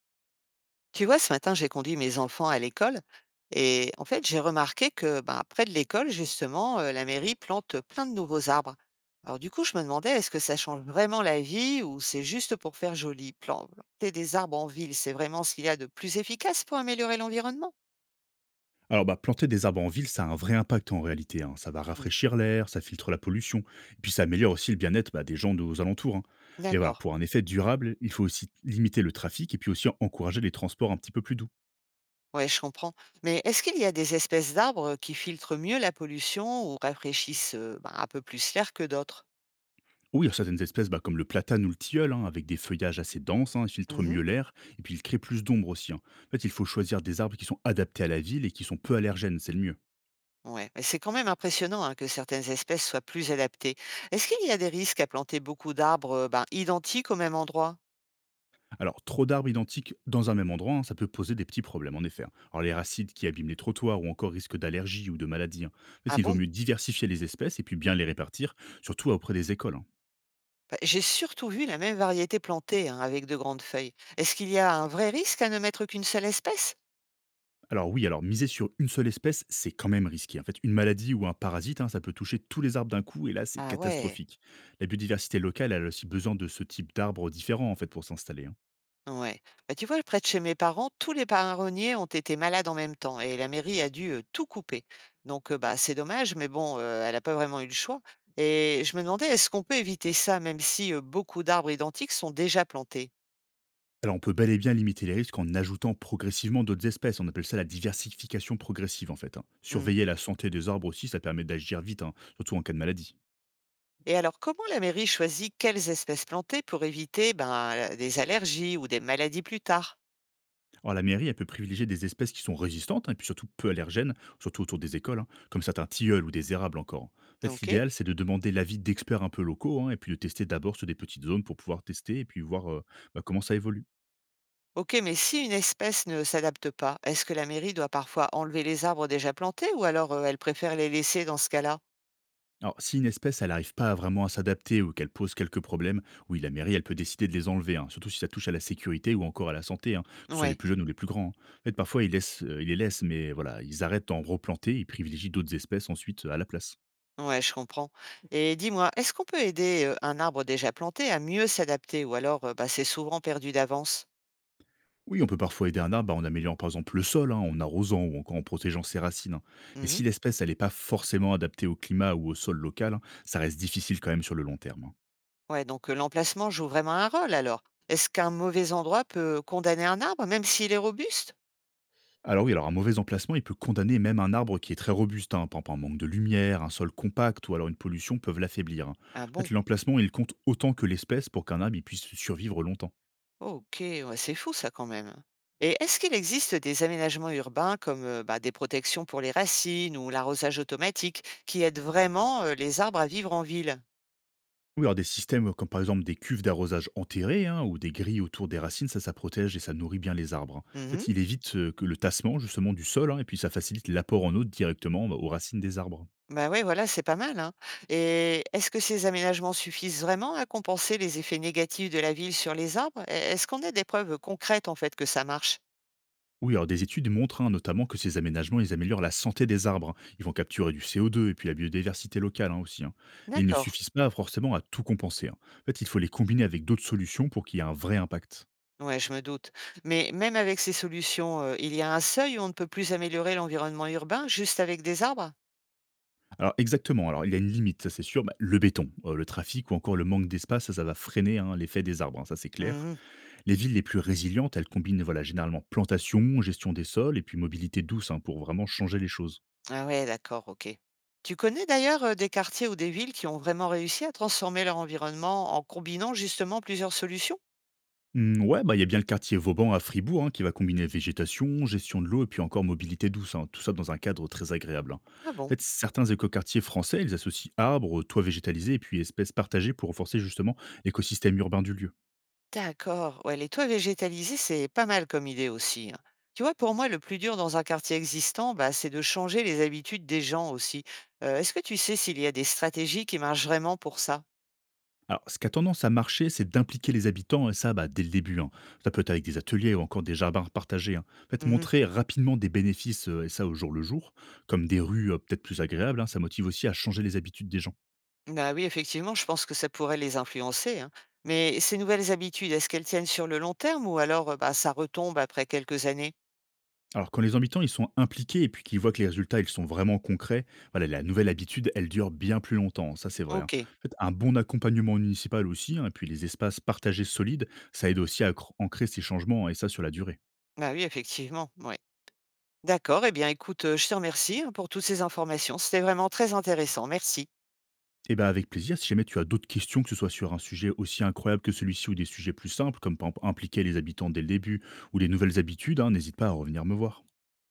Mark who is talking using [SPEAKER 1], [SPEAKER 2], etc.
[SPEAKER 1] Tu vois, ce matin, j'ai conduit mes enfants à l'école et en fait, j'ai remarqué que ben, près de l'école, justement, la mairie plante plein de nouveaux arbres. Alors du coup, je me demandais, est-ce que ça change vraiment la vie ou c'est juste pour faire joli? Planter des arbres en ville, c'est vraiment ce qu'il y a de plus efficace pour améliorer l'environnement?
[SPEAKER 2] Alors, bah, planter des arbres en ville, ça a un vrai impact en réalité. Hein. Ça va
[SPEAKER 1] Hmm.
[SPEAKER 2] rafraîchir l'air, ça filtre la pollution, et puis ça améliore aussi le bien-être bah, des gens aux alentours. Hein. Mais voilà,
[SPEAKER 1] D'accord.
[SPEAKER 2] pour un effet durable, il faut aussi limiter le trafic et puis aussi encourager les transports un petit peu plus doux.
[SPEAKER 1] Ouais, je comprends. Mais est-ce qu'il y a des espèces d'arbres qui filtrent mieux la pollution ou rafraîchissent ben, un peu plus l'air que d'autres?
[SPEAKER 2] Oh oui, il y a certaines espèces bah, comme le platane ou le tilleul, hein, avec des feuillages assez denses, hein, ils filtrent mieux l'air, et puis ils créent plus d'ombre aussi. Hein. En fait, il faut choisir des arbres qui sont adaptés à la ville et qui sont peu allergènes, c'est le mieux.
[SPEAKER 1] Ouais, mais c'est quand même impressionnant hein, que certaines espèces soient plus adaptées. Est-ce qu'il y a des risques à planter beaucoup d'arbres ben, identiques au même endroit?
[SPEAKER 2] Alors, trop d'arbres identiques dans un même endroit, hein, ça peut poser des petits problèmes, en effet. Hein. Alors, les racines qui abîment les trottoirs ou encore risquent d'allergies ou de maladies. Hein. En fait,
[SPEAKER 1] Ah
[SPEAKER 2] il vaut
[SPEAKER 1] bon?
[SPEAKER 2] mieux diversifier les espèces et puis bien les répartir, surtout auprès des écoles. Hein.
[SPEAKER 1] Bah, j'ai surtout vu la même variété plantée hein, avec de grandes feuilles. Est-ce qu'il y a un vrai risque à ne mettre qu'une seule espèce?
[SPEAKER 2] Alors oui, alors miser sur une seule espèce, c'est quand même risqué. En fait, une maladie ou un parasite, hein, ça peut toucher tous les arbres d'un coup, et là, c'est
[SPEAKER 1] Ah ouais,
[SPEAKER 2] catastrophique. La biodiversité locale, elle a aussi besoin de ce type d'arbres différents, en fait, pour s'installer. Hein.
[SPEAKER 1] ouais. Bah, tu vois, près de chez mes parents, tous les marronniers ont été malades en même temps et la mairie a dû tout couper. Donc bah, c'est dommage, mais bon, elle n'a pas vraiment eu le choix. Et je me demandais, est-ce qu'on peut éviter ça, même si beaucoup d'arbres identiques sont déjà plantés?
[SPEAKER 2] Alors, on peut bel et bien limiter les risques en ajoutant progressivement d'autres espèces. On appelle ça la diversification progressive, en fait. Hein.
[SPEAKER 1] Mmh.
[SPEAKER 2] Surveiller la santé des arbres aussi, ça permet d'agir vite, hein, surtout en cas de maladie.
[SPEAKER 1] Et alors, comment la mairie choisit quelles espèces planter pour éviter, ben, la des allergies ou des maladies plus tard?
[SPEAKER 2] Alors, la mairie, elle peut privilégier des espèces qui sont résistantes, hein, et puis surtout peu allergènes, surtout autour des écoles, hein, comme certains tilleuls ou des érables encore. En fait,
[SPEAKER 1] OK.
[SPEAKER 2] l'idéal, c'est de demander l'avis d'experts un peu locaux, hein, et puis de tester d'abord sur des petites zones pour pouvoir tester et puis voir bah, comment ça évolue.
[SPEAKER 1] OK, mais si une espèce ne s'adapte pas, est-ce que la mairie doit parfois enlever les arbres déjà plantés ou alors, elle préfère les laisser dans ce cas-là?
[SPEAKER 2] Alors, si une espèce, elle n'arrive pas vraiment à s'adapter ou qu'elle pose quelques problèmes, oui, la mairie, elle peut décider de les enlever, hein, surtout si ça touche à la sécurité ou encore à la santé, hein, que ce soit les
[SPEAKER 1] Ouais,
[SPEAKER 2] plus jeunes ou les plus grands. Hein. En fait, parfois, ils les laissent, mais voilà, ils arrêtent d'en replanter, ils privilégient d'autres espèces ensuite à la place.
[SPEAKER 1] ouais, je comprends. Et dis-moi, est-ce qu'on peut aider, un arbre déjà planté à mieux s'adapter ou alors, bah, c'est souvent perdu d'avance?
[SPEAKER 2] Oui, on peut parfois aider un arbre bah, en améliorant par exemple le sol, hein, en arrosant ou encore en protégeant ses racines. Hein. Mais
[SPEAKER 1] Mmh.
[SPEAKER 2] si l'espèce, elle n'est pas forcément adaptée au climat ou au sol local, hein, ça reste difficile quand même sur le long terme. Hein.
[SPEAKER 1] Ouais, donc, l'emplacement joue vraiment un rôle alors. Est-ce qu'un mauvais endroit peut condamner un arbre même s'il est robuste?
[SPEAKER 2] Alors oui, alors un mauvais emplacement, il peut condamner même un arbre qui est très robuste. Hein. Par exemple, un manque de lumière, un sol compact ou alors une pollution peuvent l'affaiblir. Hein.
[SPEAKER 1] Ah
[SPEAKER 2] En fait,
[SPEAKER 1] bon?
[SPEAKER 2] l'emplacement, il compte autant que l'espèce pour qu'un arbre il puisse survivre longtemps.
[SPEAKER 1] OK, ouais, c'est fou ça quand même. Et est-ce qu'il existe des aménagements urbains comme bah, des protections pour les racines ou l'arrosage automatique qui aident vraiment les arbres à vivre en ville?
[SPEAKER 2] Oui, alors des systèmes comme par exemple des cuves d'arrosage enterrées hein, ou des grilles autour des racines, ça protège et ça nourrit bien les arbres. Hein. En
[SPEAKER 1] Mhm.
[SPEAKER 2] fait, il évite que le tassement justement du sol hein, et puis ça facilite l'apport en eau directement bah, aux racines des arbres.
[SPEAKER 1] Bah ouais, voilà, c'est pas mal, hein. Et est-ce que ces aménagements suffisent vraiment à compenser les effets négatifs de la ville sur les arbres? Est-ce qu'on a des preuves concrètes en fait que ça marche?
[SPEAKER 2] Oui, alors des études montrent hein, notamment que ces aménagements, ils améliorent la santé des arbres. Hein. Ils vont capturer du CO2 et puis la biodiversité locale hein, aussi. Hein. Mais ils ne
[SPEAKER 1] D'accord.
[SPEAKER 2] suffisent pas forcément à tout compenser. Hein. En fait, il faut les combiner avec d'autres solutions pour qu'il y ait un vrai impact.
[SPEAKER 1] Ouais, je me doute. Mais même avec ces solutions, il y a un seuil où on ne peut plus améliorer l'environnement urbain juste avec des arbres?
[SPEAKER 2] Alors exactement, alors il y a une limite, ça c'est sûr. Bah, le béton, le trafic ou encore le manque d'espace, ça va freiner hein, l'effet des arbres, hein, ça c'est clair.
[SPEAKER 1] Mhm.
[SPEAKER 2] Les villes les plus résilientes, elles combinent voilà, généralement plantation, gestion des sols et puis mobilité douce hein, pour vraiment changer les choses.
[SPEAKER 1] Ah ouais, d'accord, OK. Tu connais d'ailleurs, des quartiers ou des villes qui ont vraiment réussi à transformer leur environnement en combinant justement plusieurs solutions?
[SPEAKER 2] Mmh, ouais, bah, il y a bien le quartier Vauban à Fribourg hein, qui va combiner végétation, gestion de l'eau et puis encore mobilité douce. Hein. Tout ça dans un cadre très agréable. Hein.
[SPEAKER 1] Ah
[SPEAKER 2] En
[SPEAKER 1] bon?
[SPEAKER 2] fait, certains écoquartiers français, ils associent arbres, toits végétalisés et puis espèces partagées pour renforcer justement l'écosystème urbain du lieu.
[SPEAKER 1] D'accord, ouais, les toits végétalisés, c'est pas mal comme idée aussi, hein. Tu vois, pour moi, le plus dur dans un quartier existant, bah, c'est de changer les habitudes des gens aussi. Est-ce que tu sais s'il y a des stratégies qui marchent vraiment pour ça?
[SPEAKER 2] Alors, ce qui a tendance à marcher, c'est d'impliquer les habitants, et ça, bah, dès le début. Hein. Ça peut être avec des ateliers ou encore des jardins partagés. Hein. En fait,
[SPEAKER 1] Mmh.
[SPEAKER 2] montrer rapidement des bénéfices, et ça au jour le jour, comme des rues peut-être plus agréables, hein, ça motive aussi à changer les habitudes des gens.
[SPEAKER 1] Bah oui, effectivement, je pense que ça pourrait les influencer, hein. Mais ces nouvelles habitudes, est-ce qu'elles tiennent sur le long terme ou alors, bah, ça retombe après quelques années?
[SPEAKER 2] Alors, quand les habitants ils sont impliqués et puis qu'ils voient que les résultats ils sont vraiment concrets, voilà, la nouvelle habitude, elle dure bien plus longtemps, ça c'est vrai. Hein.
[SPEAKER 1] OK.
[SPEAKER 2] En fait, un bon accompagnement municipal aussi, hein, et puis les espaces partagés solides, ça aide aussi à ancrer ces changements et ça sur la durée.
[SPEAKER 1] Bah oui, effectivement, oui. D'accord, eh bien écoute, je te remercie, hein, pour toutes ces informations. C'était vraiment très intéressant. Merci.
[SPEAKER 2] Et bien avec plaisir, si jamais tu as d'autres questions, que ce soit sur un sujet aussi incroyable que celui-ci ou des sujets plus simples, comme par exemple impliquer les habitants dès le début ou les nouvelles habitudes, hein, n'hésite pas à revenir me voir.